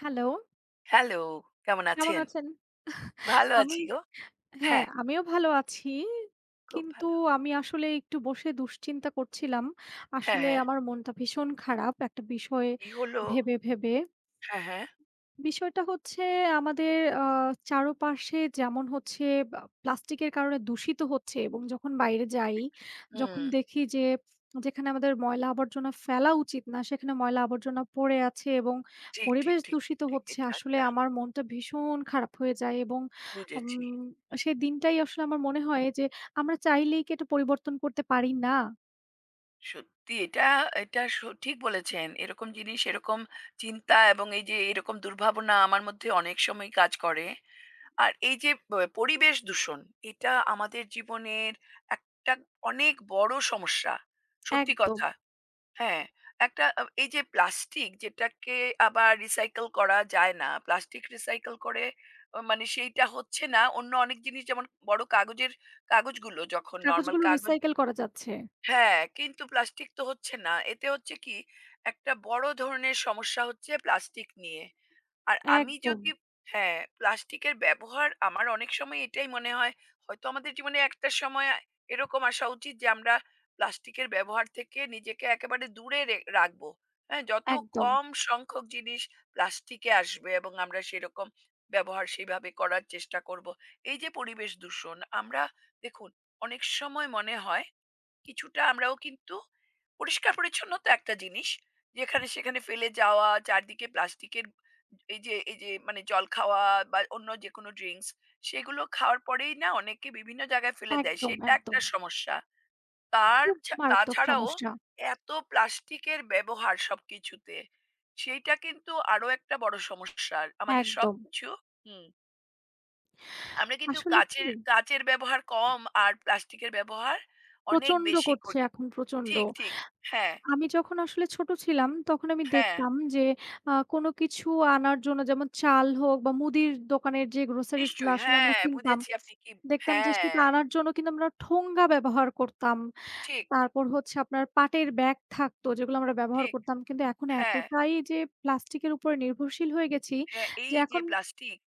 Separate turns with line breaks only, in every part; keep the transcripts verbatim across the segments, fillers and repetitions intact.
Hello,
hello, কেমন
কেমন
আছেন?
আছেন?
ভালো
আমি
আছি গো।
হ্যাঁ,
হ্যাঁ,
আমিও ভালো আছি।
খুব
কিন্তু
ভালো।
আমি আসলে একটু বসে দুশ্চিন্তা করছিলাম।
হ্যাঁ,
আসলে
হ্যাঁ।
আমার মনটা ভীষণ খারাপ একটা বিষয়
কি হলো?
ভেবে, ভেবে।
হ্যাঁ, হ্যাঁ।
বিষয়টা হচ্ছে আমাদের আ চারপাশে যেমন হচ্ছে বা প্লাস্টিকের কারণে দূষিত হচ্ছে এবং যখন বাইরে যাই,
হুম,
যখন দেখি যে যেখানে আমাদের ময়লা আবর্জনা ফেলা উচিত না, সেখানে ময়লা আবর্জনা পড়ে আছে এবং
ঠিক, ঠিক,
পরিবেশ
ঠিক,
দূষিত
ঠিক, ঠিক।
হচ্ছে।
এটা
আসলে
একটা
আমার মনটা ভীষণ খারাপ হয়ে যায় এবং
বুঝেছি।
উম সেই দিনটাই আসলে আমার মনে হয় যে আমরা চাইলেই কি এটা পরিবর্তন করতে পারি না?
সত্যি এটা, এটা স ঠিক বলেছেন। এরকম জিনিস, এরকম চিন্তা এবং এই যে এরকম দুর্ভাবনা আমার মধ্যে অনেক সময় কাজ করে। আর এই যে ব পরিবেশ দূষণ, এটা আমাদের জীবনের একটা অনেক বড় সমস্যা। সত্যি
একদম।
কথা। হ্যাঁ, একটা আ এই যে প্লাস্টিক যেটাকে আবার রিসাইকেল করা যায় না। প্লাস্টিক রিসাইকেল করে অ মানে সেইটা হচ্ছে না। অন্য অনেক জিনিস যেমন বড় কাগজের কাগজগুলো যখন নরমাল
কাগজগুলো
কাগজ।
রিসাইকেল করা যাচ্ছে।
হ্যাঁ, কিন্তু প্লাস্টিক তো হচ্ছে না। এতে হচ্ছে কি একটা বড় ধরনের সমস্যা হচ্ছে প্লাস্টিক নিয়ে। আর আমি
একদম,
যদি হ্যাঁ, প্লাস্টিকের ব্যবহার আমার অনেক সময় এটাই মনে হয়, হয়তো আমাদের জীবনে একটা সময় এরকম আসা উচিত যে আমরা প্লাস্টিকের ব্যবহার থেকে নিজেকে একেবারে দূরে রে রাখবো। হ্যাঁ, যত
একদম,
কম সংখ্যক জিনিস প্লাস্টিকে আসবে এবং আমরা সেরকম ব্যবহার সেভাবে করার চেষ্টা করব। এই যে পরিবেশ দূষণ, আমরা দেখুন অনেক সময় মনে হয় কিছুটা আমরাও কিন্তু পরিষ্কার পরিচ্ছন্নতা একটা জিনিস যেখানে সেখানে ফেলে যাওয়া চারদিকে প্লাস্টিকের এই যে এই যে মানে জল খাওয়া বা অন্য যে কোনো ড্রিঙ্কস সেগুলো খাওয়ার পরেই না অনেকে বিভিন্ন জায়গায় ফেলে দেয়
একদম,
সেটা
একদম।
একটা সমস্যা। তার
খুব
ছা-
মারাত্মক
তাছাড়াও
সমস্যা।
এত প্লাস্টিকের ব্যবহার সবকিছুতে সেইটা কিন্তু আরো একটা বড় সমস্যা আমাদের
একদম।
সবকিছু। হুম, আমরা কিন্তু
আসলে
কাচের
কি?
কাচের ব্যবহার কম আর প্লাস্টিকের ব্যবহার অনেক
প্রচন্ড
বেশি
করছে
করি।
এখন প্রচন্ড।
ঠিক, ঠিক। হ্যাঁ,
আমি যখন আসলে ছোট ছিলাম তখন আমি
হ্যাঁ,
দেখতাম যে আ কোনো কিছু আনার জন্য যেমন চাল হোক বা মুদির দোকানের যে গ্রোসারিজ গুলো
নিশ্চয়ই।
আসলে আমরা
হ্যাঁ,
কিনতাম।
বুঝেছি আপনি কি
দেখতাম যে
হ্যাঁ,
সেটা আনার জন্য কিন্তু আমরা ঠোঙ্গা ব্যবহার করতাম।
ঠিক,
তারপর হচ্ছে আপনার পাটের ব্যাগ থাকতো যেগুলো আমরা ব্যবহার
ঠিক।
করতাম। কিন্তু এখন
হ্যাঁ,
এতটাই যে প্লাস্টিকের উপরে নির্ভরশীল হয়ে গেছি
হ্যাঁ,
যে
এই যে
এখন
প্লাস্টিক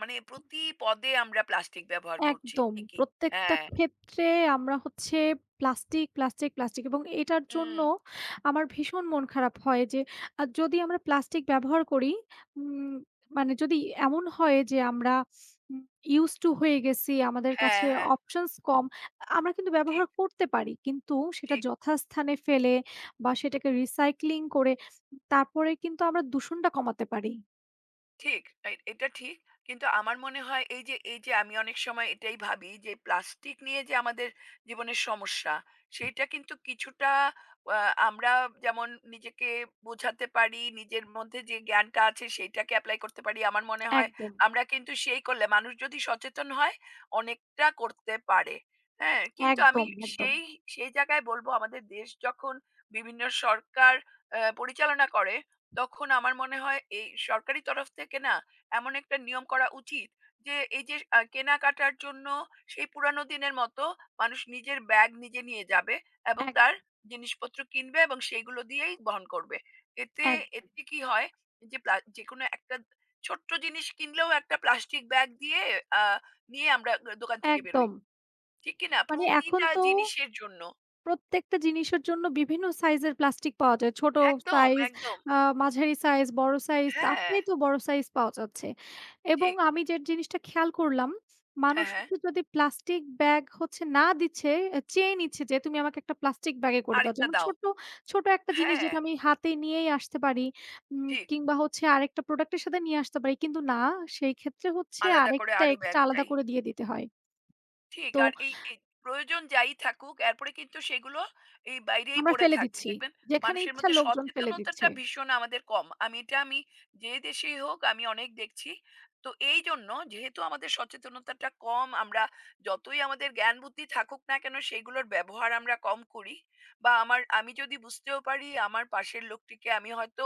মানে প্রতি পদে আমরা প্লাস্টিক ব্যবহার করছি
একদম।
ঠিকই।
প্রত্যেকটা
হ্যাঁ,
ক্ষেত্রে আমরা হচ্ছে প্লাস্টিক, প্লাস্টিক, প্লাস্টিক এবং এটার জন্য
হুম,
আমার ভীষণ মন খারাপ হয় যে আ যদি আমরা প্লাস্টিক ব্যবহার করি উম মানে যদি এমন হয় যে আমরা উম used to হয়ে গেছি, আমাদের
হ্যাঁ,
কাছে
হ্যাঁ,
options কম। আমরা কিন্তু ব্যবহার
ঠিক,
করতে পারি। কিন্তু সেটা
ঠিক।
যথাস্থানে ফেলে বা সেটাকে recycling করে তারপরে কিন্তু আমরা দূষণটা কমাতে পারি।
ঠিক। এ এটা ঠিক। কিন্তু আমার মনে হয় এই যে এই যে আমি অনেক সময় এটাই ভাবি যে প্লাস্টিক নিয়ে যে আমাদের জীবনের সমস্যা, সেইটা কিন্তু কিছুটা আ আমরা যেমন নিজেকে বোঝাতে পারি, নিজের মধ্যে যে জ্ঞানটা আছে সেইটাকে এপ্লাই করতে পারি। আমার মনে হয়
একদম,
আমরা কিন্তু সেই করলে মানুষ যদি সচেতন হয় অনেকটা করতে পারে। হ্যাঁ? কিন্তু আমি
একদম, একদম।
সেই সেই জায়গায় বলব আমাদের দেশ যখন বিভিন্ন সরকার আ পরিচালনা করে তখন আমার মনে হয় এই সরকারি তরফ থেকে না এমন একটা নিয়ম করা উচিত যে এই যে আহ, কেনাকাটার জন্য সেই পুরানো দিনের মতো মানুষ নিজের ব্যাগ নিজে নিয়ে যাবে এবং
এক
তার জিনিসপত্র কিনবে এবং সেইগুলো দিয়েই বহন করবে এতে
এক
এতে কি হয় যে প্লা- যে কোনো একটা ছোট্ট জিনিস কিনলেও একটা প্লাস্টিক ব্যাগ দিয়ে আহ, নিয়ে আমরা দোকান থেকে বেরোই
একদম।
ঠিক কি না
মানে এখন
প্রতিটা
তো
জিনিসের জন্য।
প্রত্যেকটা জিনিসের জন্য বিভিন্ন সাইজের প্লাস্টিক পাওয়া যায়। ছোট
একদম
সাইজ,
একদম
আ মাঝারি সাইজ, বড় সাইজ,
হ্যাঁ
তারপরেই তো বড় সাইজ পাওয়া যাচ্ছে। এবং
ঠিক
আমি যে জিনিসটা খেয়াল করলাম, মানুষ
হ্যাঁ হ্যাঁ
হচ্ছে যদি প্লাস্টিক ব্যাগ হচ্ছে না দিচ্ছে, এ চেয়ে নিচ্ছে যে তুমি আমাকে একটা প্লাস্টিক ব্যাগে করে দাও।
আরেকটা
যেমন
দাও
ছোট, ছোট একটা জিনিস
হ্যাঁ
যেটা আমি হাতে নিয়েই আসতে পারি উম
ঠিক।
কিংবা হচ্ছে আরেকটা প্রোডাক্ট এর সাথে নিয়ে আসতে পারি। কিন্তু না, সেই ক্ষেত্রে হচ্ছে
আলাদা করে
আরেকটা
আরো
এক্সট্রা
ব্যাগ
আলাদা
চাই।
করে দিয়ে দিতে হয়।
ঠিক।
তো
আর এই এই প্রয়োজন যাই থাকুক, এরপরে কিন্তু সেগুলো এই বাইরেই
আমরা
পড়ে
ফেলে
থাকে।
দিচ্ছি।
দেখবেন
যেখানে
মানুষের
ইচ্ছা
মধ্যে
লোকজন ফেলে দিচ্ছে।
সচেতনতাটা ভীষণ আমাদের কম। আমি এটা আমি যে দেশেই হোক আমি অনেক দেখছি। তো এইজন্য যেহেতু আমাদের সচেতনতাটা কম, আমরা যতই আমাদের জ্ঞান বুদ্ধি থাকুক না কেন সেগুলোর ব্যবহার আমরা কম করি বা আমার আমি যদি বুঝতেও পারি আমার পাশের লোকটিকে আমি হয়তো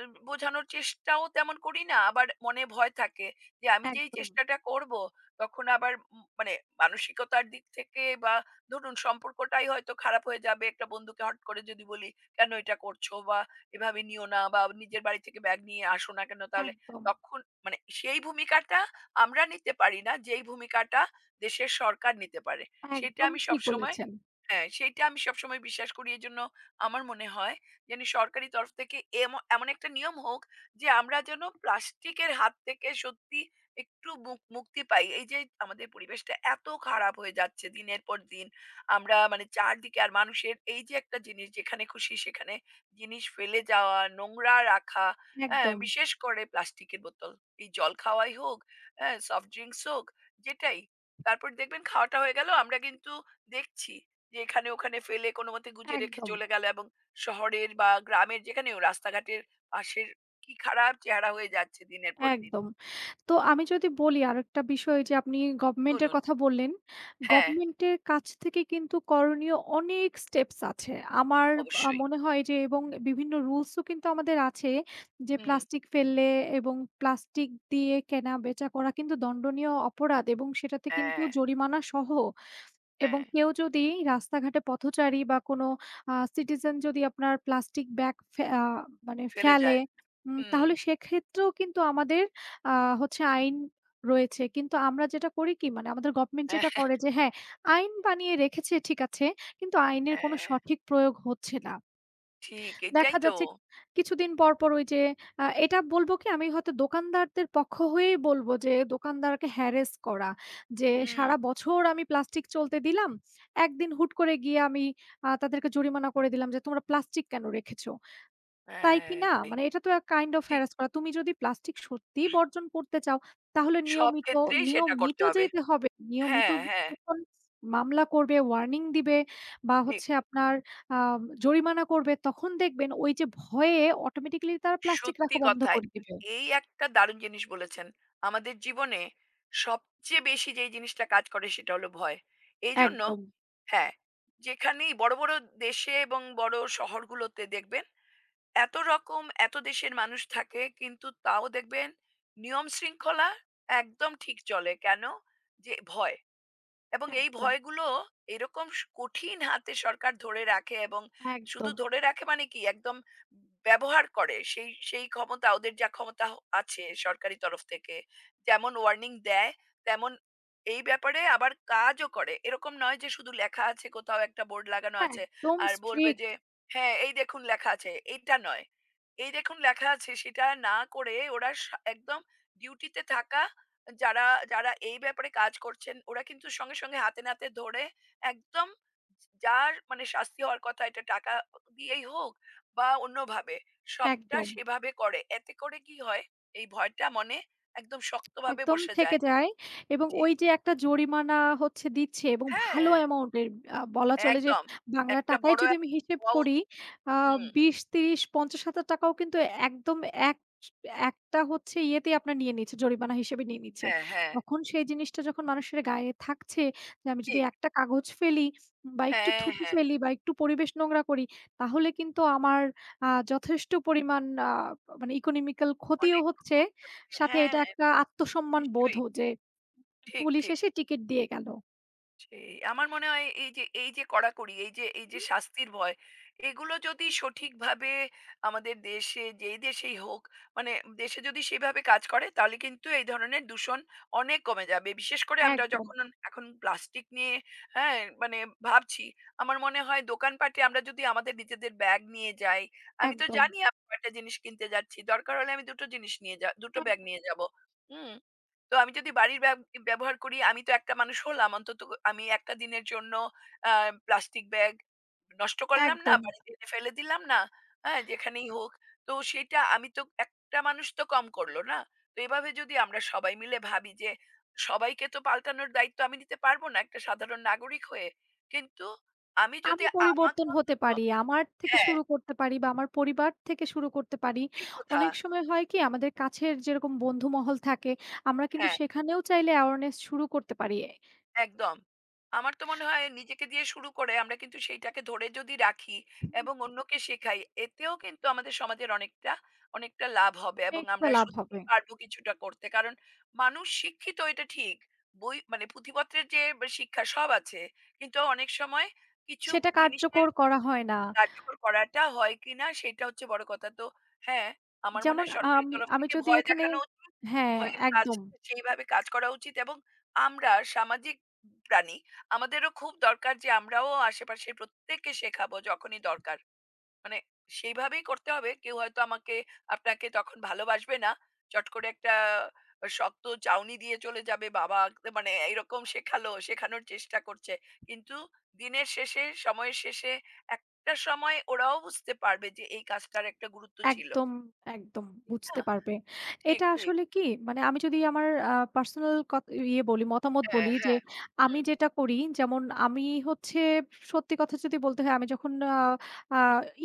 অ বোঝানোর চেষ্টাও তেমন করি না। আবার মনে ভয় থাকে যে আমি যে এই
একদম,
চেষ্টাটা করব তখন আবার উম মানে মানসিকতার দিক থেকে বা ধরুন সম্পর্কটাই হয়তো খারাপ হয়ে যাবে একটা বন্ধুকে হট করে যদি বলি কেন এটা করছো বা এভাবে নিও না বা নিজের বাড়ি থেকে ব্যাগ নিয়ে আসো না কেন তাহলে
একদম,
তখন মানে সেই ভূমিকাটা আমরা নিতে পারি না যেই ভূমিকাটা দেশের সরকার নিতে পারে সেটা
একদম
আমি
ঠিক
সবসময়
বলেছেন।
হ্যাঁ, সেইটা আমি সবসময় বিশ্বাস করি। এজন্য আমার মনে হয় যেন সরকারি তরফ থেকে এম এমন একটা নিয়ম হোক যে আমরা যেন প্লাস্টিকের হাত থেকে সত্যি একটু মুক মুক্তি পাই। এই যে আমাদের পরিবেশটা এত খারাপ হয়ে যাচ্ছে দিনের পর দিন। আমরা মানে চারদিকে আর মানুষের এই যে একটা জিনিস যেখানে খুশি সেখানে জিনিস ফেলে যাওয়া, নোংরা রাখা, হ্যাঁ?
একদম,
বিশেষ করে প্লাস্টিকের বোতল। এই জল খাওয়াই হোক, হ্যাঁ? সফট ড্রিংকস হোক, যেটাই। তারপর দেখবেন খাওয়াটা হয়ে গেল আমরা কিন্তু দেখছি। যে এখানে ওখানে ফেলে কোনোমতে গুজিয়ে রেখে
একদম,
চলে গেল এবং শহরের বা গ্রামের যেখানেও রাস্তাঘাটের পাশের কি খারাপ চেহারা হয়ে যাচ্ছে দিনের পর দিন।
একদম। তো আমি যদি বলি আরেকটা বিষয় যে আপনি গভর্নমেন্টের
বলুন
কথা বললেন।
হ্যাঁ
গভর্নমেন্টের কাছ থেকে কিন্তু করণীয় অনেক স্টেপস আছে। আমার আ
অবশ্যই
মনে হয় যে এবং বিভিন্ন রুলসও কিন্তু আমাদের আছে যে
হুম
প্লাস্টিক ফেললে এবং প্লাস্টিক দিয়ে কেনা-বেচা করা কিন্তু দণ্ডনীয় অপরাধ এবং সেটাতে কিন্তু
হ্যাঁ
জরিমানা সহ এবং
হ্যাঁ
কেউ যদি রাস্তাঘাটে পথচারী বা কোনো আ সিটিজেন যদি আপনার প্লাস্টিক ব্যাগ ফে আ মানে
ফেলে
ফেলে,
যায়
উম
হুম
তাহলে সেক্ষেত্রেও কিন্তু আমাদের আ হচ্ছে আইন রয়েছে। কিন্তু আমরা যেটা করি কি মানে আমাদের গভর্নমেন্ট যেটা
হ্যাঁ
করে যে হ্যাঁ, আইন বানিয়ে রেখেছে ঠিক আছে, কিন্তু আইনের কোনো
হ্যাঁ,
সঠিক প্রয়োগ হচ্ছে না।
ঠিক এটাই
দেখা
তো
যাচ্ছে কিছুদিন পর, পর ওই যে আ এটা বলব কি আমি হয়তো দোকানদারদের পক্ষ হয়েই বলব যে দোকানদারকে হ্যারাস করা। যে
হুম
সারা বছর আমি প্লাস্টিক চলতে দিলাম। একদিন হুট করে গিয়ে আমি আ তাদেরকে জরিমানা করে দিলাম যে তোমরা প্লাস্টিক কেন রেখেছো? তাই
হ্যাঁ
কি না?
এটাই
মানে এটা তো কাইন্ড অফ
ঠিক
হ্যারাস করা। তুমি যদি প্লাস্টিক সত্যিই বর্জন করতে চাও, তাহলে
সব
নিয়মিত
ক্ষেত্রেই সেটা
নিয়মিত
করতে হবে
যেতে হবে। নিয়মিত
হ্যাঁ
গিয়ে
হ্যাঁ
যখন মামলা করবে, ওয়ার্নিং দিবে বা
ঠিক।
হচ্ছে আপনার আ জরিমানা করবে, তখন দেখবেন ওই যে ভয়ে অটোমেটিক্যালি তারা প্লাস্টিক
সত্যি
রাখা বন্ধ
কথাই।
করে দিবে।
এই একটা দারুণ জিনিস বলেছেন। আমাদের জীবনে সবচেয়ে বেশি যেই জিনিসটা কাজ করে সেটা হলো ভয়। এইজন্য
একদম,
হ্যাঁ, যেখানেই বড়, বড় দেশে এবং বড় শহরগুলোতে দেখবেন এত রকম এত দেশের মানুষ থাকে কিন্তু তাও দেখবেন নিয়ম শৃঙ্খলা একদম ঠিক চলে। কেন? যে ভয়। এবং এই
একদম,
ভয়গুলো এরকম স- কঠিন হাতে সরকার ধরে রাখে এবং শুধু
একদম,
ধরে রাখে মানে কি একদম ব্যবহার করে সেই সেই ক্ষমতা ওদের যা ক্ষমতা হ- আছে সরকারি তরফ থেকে যেমন ওয়ার্নিং দেয় তেমন এই ব্যাপারে আবার কাজও করে এরকম নয় যে শুধু লেখা আছে কোথাও একটা বোর্ড লাগানো আছে
একদম
আর বলবে
স্ট্রিক্ট,
যে হ্যাঁ এই দেখুন লেখা আছে এইটা নয় এই দেখুন লেখা আছে সেটা না করে ওরা সা- একদম ডিউটিতে থাকা যারা, যারা এই ব্যাপারে কাজ করছেন ওরা কিন্তু সঙ্গে, সঙ্গে হাতে নাতে ধরে একদম যার মানে শাস্তি হওয়ার কথা এটা টাকা দিয়েই হোক বা অন্যভাবে সবটা
একদম।
সেভাবে করে। এতে করে কি হয় এই ভয়টা মনে একদম শক্তভাবে
একদম
বসে
থেকে
যায়।
যায় এবং
ঠিক
ওই যে একটা জরিমানা হচ্ছে দিচ্ছে এবং
হ্যাঁ,
ভালো অ্যামাউন্ট এর আ বলা চলে যে
একদম।
বাংলা
একটা
টাকায়
বড়
যদি
এক
আমি হিসেব
হওয়া
করি
উচিত।
আ
হুম।
বিশ, ত্রিশ, ৳পঞ্চাশ হাজার টাকা কিন্তু একদম এক একটা হচ্ছে ইয়েতেই আপনার নিয়ে নিচ্ছে, জরিমানা হিসেবে নিয়ে নিচ্ছে।
হ্যাঁ, হ্যাঁ।
তখন সেই জিনিসটা যখন মানুষের গায়ে থাকছে যে আমি যদি
ঠিক।
একটা কাগজ ফেলি বা একটু
হ্যাঁ,
থুতু
হ্যাঁ।
ফেলি বা একটু পরিবেশ নোংরা করি তাহলে কিন্তু আমার আ যথেষ্ট পরিমাণ আ মানে ইকোনমিক্যাল ক্ষতিও
অনেক
হচ্ছে সাথে এটা
হ্যাঁ,
একটা আত্মসম্মান
নিশ্চয়ই।
বোধও যে
ঠিক,
পুলিশ
ঠিক।
এসে টিকিট দিয়ে গেল।
সেই আমার মনে হয় এই যে এই যে কড়াকড়ি এই যে এই যে
হুম,
শাস্তির ভয় এগুলো যদি সঠিকভাবে আমাদের দেশে যেই দেশেই হোক মানে দেশে যদি সেভাবে কাজ করে তাহলে কিন্তু এই ধরনের দূষণ অনেক কমে যাবে বিশেষ করে আমরা
একদম,
যখন এখন প্লাস্টিক নিয়ে হ্যাঁ মানে ভাবছি আমার মনে হয় দোকানপাটে আমরা যদি আমাদের নিজেদের ব্যাগ নিয়ে যাই আমি তো
একদম,
জানি আমি একটা জিনিস কিনতে যাচ্ছি দরকার হলে আমি দুটো জিনিস নিয়ে যা দুটো ব্যাগ
একদম,
নিয়ে যাব হুম তো আমি যদি বাড়ির ব্যব ব্যবহার করি, আমি তো একটা মানুষ হলাম। অন্তত আমি একটা দিনের জন্য আ প্লাস্টিক ব্যাগ নষ্ট করলাম না,
একদম।
বাড়িতে এনে ফেলে দিলাম না। হ্যাঁ? যেখানেই হোক। তো সেটা আমি তো একটা মানুষ তো কম করলো না। তো এভাবে যদি আমরা সবাই মিলে ভাবি যে সবাইকে তো পাল্টানোর দায়িত্ব আমি নিতে পারব না একটা সাধারণ নাগরিক হয়ে। কিন্তু আমি যদি
আমি
আমাকে
পরিবর্তন হতে
অন্তত
পারি। আমার থেকে
হ্যাঁ,
শুরু করতে পারি বা আমার পরিবার থেকে শুরু করতে পারি।
ঠিক কথা।
অনেক সময় হয় কি আমাদের কাছের যেরকম বন্ধুমহল থাকে, আমরা কিন্তু
হ্যাঁ।
সেখানেও চাইলে awareness শুরু করতে পারি।
একদম। আমার তো মনে হয় নিজেকে দিয়ে শুরু করে আমরা কিন্তু সেইটাকে ধরে যদি রাখি
হুম,
এবং অন্যকে শেখাই এতেও কিন্তু আমাদের সমাজের অনেকটা, অনেকটা লাভ হবে এবং
অনেকটা
আমরা
লাভ
সত্যি
হবে।
পারবো কিছুটা করতে। কারণ মানুষ শিক্ষিত এটা ঠিক। বই মানে পুঁথিপত্রের যে শিক্ষা সব আছে। কিন্তু অনেক সময় কিছু
সেটা
জিনিসের
কার্যকর করা হয় না।
কার্যকর করাটা হয় কিনা সেটা হচ্ছে বড় কথা। তো হ্যাঁ, আমার মনে
যেমন
হয় সরকারের
আমি
তরফ
আমি
থেকে
যদি
ভয়
এখানে
দেখানো উচিত।
হ্যাঁ,
ভয়ের কাজ
একদম।
সেইভাবে কাজ করা উচিত এবং আমরা সামাজিক প্রাণী। আমাদেরও খুব দরকার যে আমরাও আশেপাশের প্রত্যেককে শেখাবো যখনই দরকার। মানে সেইভাবেই করতে হবে। কেউ হয়তো আমাকে আপনাকে তখন ভালোবাসবে না। চট করে একটা শক্ত চাউনি দিয়ে চলে যাবে। বাবা মানে এরকম শেখালো, শেখানোর চেষ্টা করছে। কিন্তু দিনের শেষে, সময়ের শেষে একটা সময় ওরাও বুঝতে পারবে যে এই কাজটার একটা গুরুত্ব ছিল।
একদম, একদম
ঠিক না?
বুঝতে পারবে।
ঠিক,
এটা
ঠিক।
আসলে কি মানে আমি যদি আমার আ পার্সোনাল কত ইয়ে বলি মতামত
হ্যাঁ,
বলি যে
হ্যাঁ।
আমি
হুম।
যেটা করি যেমন আমি হচ্ছে সত্যি কথা যদি বলতে হয় আমি যখন আ আ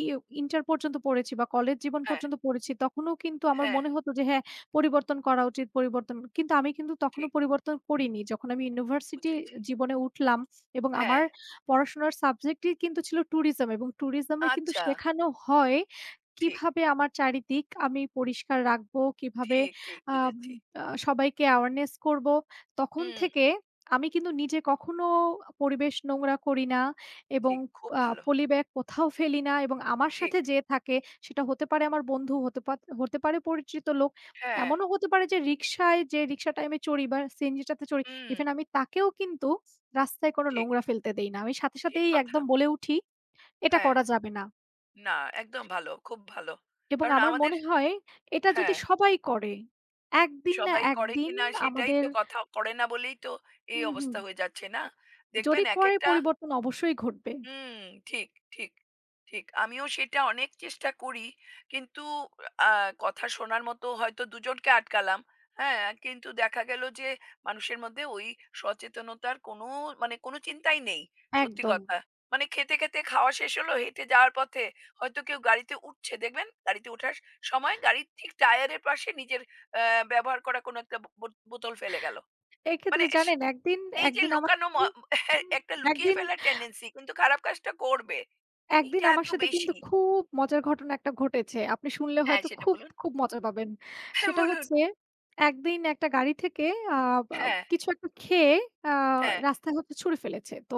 ই ইন্টার পর্যন্ত পড়েছি বা কলেজ জীবন
হ্যাঁ,
পর্যন্ত পড়েছি তখনও কিন্তু আমার
হ্যাঁ।
মনে হতো যে হ্যাঁ, পরিবর্তন করা উচিত পরিবর্তন। কিন্তু আমি কিন্তু তখনও
ঠিক
পরিবর্তন করিনি। যখন আমি ইউনিভার্সিটি
বুঝেছি।
জীবনে উঠলাম এবং আমার
হ্যাঁ।
পড়াশোনার সাবজেক্টই কিন্তু ছিল ট্যুরিজম এবং ট্যুরিজম এ কিন্তু
আচ্ছা।
শেখানো হয়
ঠিক,
কিভাবে আমার চারিদিক আমি পরিষ্কার রাখবো, কিভাবে
ঠিক, ঠিক
আম
বুঝেছি।
আ সবাইকে awareness করব। তখন
হুম।
থেকে আমি কিন্তু নিজে কখনো পরিবেশ নোংরা করি না এবং
ঠিক। খুব
আ
ভালো।
পলি ব্যাগ কোথাও ফেলি না এবং আমার
ঠিক।
সাথে যে থাকে সেটা হতে পারে আমার বন্ধু, হতে পাত হতে পারে পরিচিত লোক।
হ্যাঁ।
এমনও হতে পারে যে রিক্সায় যে রিক্সাটা আমি চড়ি বা সিএনজি টাতে চড়ি,
হুম।
ইভেন আমি তাকেও কিন্তু রাস্তায় কোনো
ঠিক।
নোংরা ফেলতে দেই না। আমি সাথে
ঠিক
সাথেই
কথা।
একদম বলে উঠি, "এটা
হ্যাঁ,
করা যাবে না।"
না একদম ভালো, খুব ভালো।
এবং
কারণ
আমার
আমাদের
মনে হয় এটা যদি
হ্যাঁ,
সবাই করে, একদিন না
সবাই করে
একদিন
কিনা সেটাই
আমাদের
তো কথা, করে না বলেই তো এই
হুম, হুম।
অবস্থা হয়ে যাচ্ছে না? দেখবেন
যদি
এক
করে
একটা
পরিবর্তন অবশ্যই ঘটবে।
হুম, ঠিক, ঠিক, ঠিক। আমিও সেটা অনেক চেষ্টা করি। কিন্তু আ কথা শোনার মতো হয়তো দুজনকে আটকালাম। হ্যাঁ? কিন্তু দেখা গেল যে মানুষের মধ্যে ওই সচেতনতার কোনো মানে কোনো চিন্তাই নেই। সত্যি
একদম।
কথা। মানে খেতে, খেতে খাওয়া শেষ হলো হেঁটে যাওয়ার পথে হয়তো কেউ গাড়িতে উঠছে দেখবেন গাড়িতে ওঠার সময় গাড়ির ঠিক টায়ারের পাশে নিজের অ্যা ব্যবহার করা কোনো একটা ব বোতল ফেলে গেল। মানে
এক্ষেত্রে জানেন একদিন,
এই যে
একদিন আমার
লুকানো
সাথে
ম
হুম,
একটা লুকিয়ে
একদিন,
ফেলার টেনডেন্সি কিন্তু খারাপ কাজটা করবে।
একদিন
এইটা
আমার
এত
সাথে কিন্তু
বেশি।
খুব মজার ঘটনা একটা ঘটেছে। আপনি শুনলে
হ্যাঁ,
হয়তো
সেটা
খুব,
বলুন।
খুব মজা পাবেন।
হ্যাঁ,
সেটা
বলুন।
হচ্ছে একদিন একটা গাড়ি থেকে আ বা
হ্যাঁ,
কিছু একটা খেয়ে আ
হ্যাঁ।
রাস্তায় হচ্ছে ছুঁড়ে ফেলেছে। তো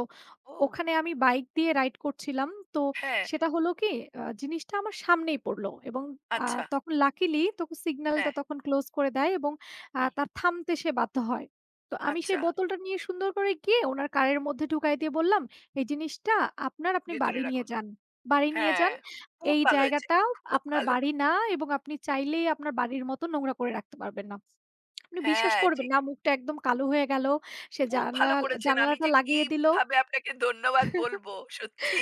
ও!
ওখানে আমি বাইক দিয়ে রাইড করছিলাম। তো
হ্যাঁ,
সেটা হলো কি আ জিনিসটা আমার সামনেই পড়ল এবং আ
আচ্ছা।
তখন লাকিলি তখন সিগন্যালটা
হ্যাঁ,
তখন ক্লোজ করে দেয় এবং আ
হুম,
তার থামতে সে বাধ্য হয়। তো আমি সেই
আচ্ছা।
বোতলটা নিয়ে সুন্দর করে গিয়ে উনার কারের মধ্যে ঢুকাই দিয়ে বললাম, "এই জিনিসটা আপনার, আপনি
ভেতরে
বাড়ি নিয়ে
রাখুন।
যান। বাড়ি নিয়ে যান।
হ্যাঁ, খুব
এই
ভালো হয়েছে।
জায়গাটা
খুব
আপনার
ভালো।
বাড়ি না এবং আপনি চাইলেই আপনার বাড়ির মতো নোংরা করে রাখতে পারবেন না।" আপনি বিশ্বাস
হ্যাঁ,
করবেন
ঠিক।
না মুখটা একদম কালো হয়ে গেল। সে
খুব ভালো
জানাল
করেছেন। আমি
জানালাটা
যে
লাগিয়ে দিল।
কিভাবে আপনাকে ধন্যবাদ বলব সত্যি।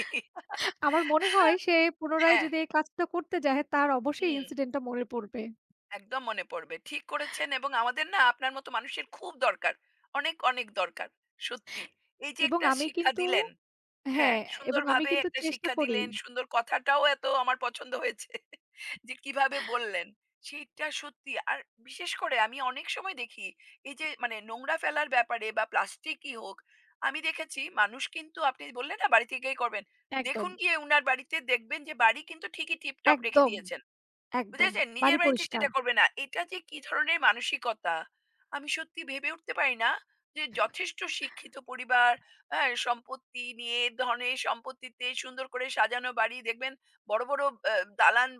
আমার মনে হয় সে পুনরায়
হ্যাঁ,
যদি এই কাজটা করতে যায়, তার অবশ্যই
হুম।
ইনসিডেন্টটা মনে পড়বে।
একদম মনে পড়বে। ঠিক করেছেন এবং আমাদের না আপনার মতো মানুষের খুব দরকার। অনেক, অনেক দরকার। সত্যি। এই যে
এবং
একটা
আমি
শিক্ষা
কিন্তু
দিলেন, হ্যাঁ,
হ্যাঁ, এবং আমি
সুন্দরভাবে
কিন্তু
একটা
চেষ্টা
শিক্ষা
করি
দিলেন, সুন্দর কথাটাও এত আমার পছন্দ হয়েছে যে কিভাবে বললেন। সেইটা সত্যি। আর বিশেষ করে আমি অনেক সময় দেখি এই যে মানে নোংরা ফেলার ব্যাপারে বা প্লাস্টিকই হোক, আমি দেখেছি মানুষ কিন্তু আপনি বললেন না বাড়ি থেকেই করবেন।
একদম,
দেখুন গিয়ে উনার বাড়িতে দেখবেন যে বাড়ি কিন্তু ঠিকই টিপটপ রেখে
একদম,
দিয়েছেন।
একদম।
বুঝেছেন? নিজের
বাড়ি
বাড়িতে
পরিষ্কার।
সেটা করবে না। এটা যে কি ধরনের মানসিকতা, আমি সত্যি ভেবে উঠতে পারি না যে যথেষ্ট শিক্ষিত পরিবার, হ্যাঁ? সম্পত্তি নিয়ে, ধনে সম্পত্তিতে সুন্দর করে সাজানো বাড়ি দেখবেন বড়, বড় আ দালান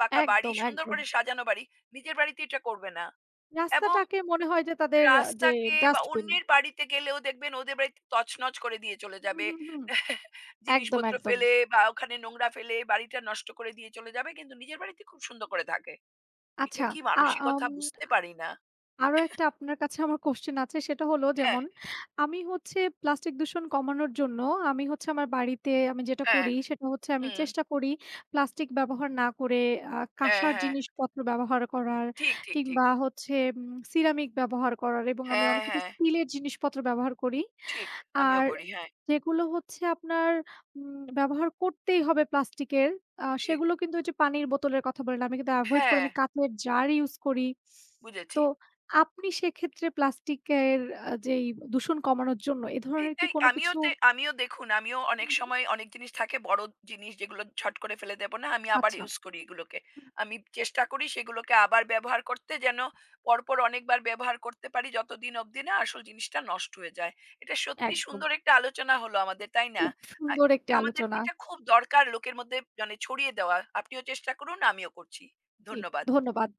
পাকা বাড়ি,
একদম,
সুন্দর
একদম।
করে সাজানো বাড়ি। নিজের বাড়িতে এটা করবে না। এবং
রাস্তাটাকে মনে হয় যে তাদের আহ, যে
রাস্তাকে বা
ডাস্টবিন
অন্যের বাড়িতে গেলেও দেখবেন ওদের বাড়িতে তছনছ করে দিয়ে চলে
হুম,
যাবে।
হুম, হুম। একদম,
জিনিসপত্র
একদম।
ফেলে বা ওখানে নোংরা ফেলে বাড়িটা নষ্ট করে দিয়ে চলে যাবে। কিন্তু নিজের বাড়িতে খুব সুন্দর করে থাকে। এটা
আচ্ছা
কি
আ আম
মানসিকতা বুঝতে পারি না।
আরো একটা আপনার কাছে আমার কোয়েশ্চেন আছে সেটা হলো
হ্যাঁ,
যেমন আমি হচ্ছে প্লাস্টিক দূষণ কমানোর জন্য আমি হচ্ছে আমার বাড়িতে আমি যেটা
হ্যাঁ,
করি সেটা হচ্ছে আমি
হুম,
চেষ্টা করি প্লাস্টিক ব্যবহার না করে আহ,
হ্যাঁ,
কাঁসার
হ্যাঁ।
জিনিসপত্র ব্যবহার করার
ঠিক, ঠিক, ঠিক।
কিংবা হচ্ছে সিরামিক ব্যবহার করার এবং আমি
হ্যাঁ,
অনেক ক্ষেত্রে
হ্যাঁ,
স্টিলের জিনিসপত্র ব্যবহার করি
ঠিক। আমিও
আর
করি। হ্যাঁ,
যেগুলো হচ্ছে আপনার উম ব্যবহার করতেই হবে প্লাস্টিকের, আ
ঠিক।
সেগুলো কিন্তু ওই যে পানির বোতলের কথা বললেন, আমি কিন্তু এভয়েড করি।
হ্যাঁ,
আমি কাঁচের জার ইউজ করি।
বুঝেছি।
তো আপনি সেক্ষেত্রে প্লাস্টিকের আ যেই দূষণ কমানোর জন্য এ ধরনের কি
এইটাই
কোনো
আমিও
কিছু
তে আমিও দেখুন, আমিও অনেক
উম,
সময় অনেক জিনিস থাকে বড় জিনিস যেগুলো ছট করে ফেলে দেব না। আমি আবার
আচ্ছা,
ইউজ করি এগুলোকে।
হুম,
আমি চেষ্টা করি সেগুলোকে আবার ব্যবহার করতে যেন পরপর অনেকবার ব্যবহার করতে পারি যতদিন অবধি না আসল জিনিসটা নষ্ট হয়ে যায়। এটা সত্যি
একদম।
সুন্দর একটা আলোচনা হলো আমাদের, তাই না?
খুব
আ
সুন্দর একটি
আমাদের
আলোচনা।
এটা খুব দরকার লোকের মধ্যে মানে ছড়িয়ে দেওয়া। আপনিও চেষ্টা করুন, আমিও করছি।
জি,
ধন্যবাদ।
ধন্যবাদ।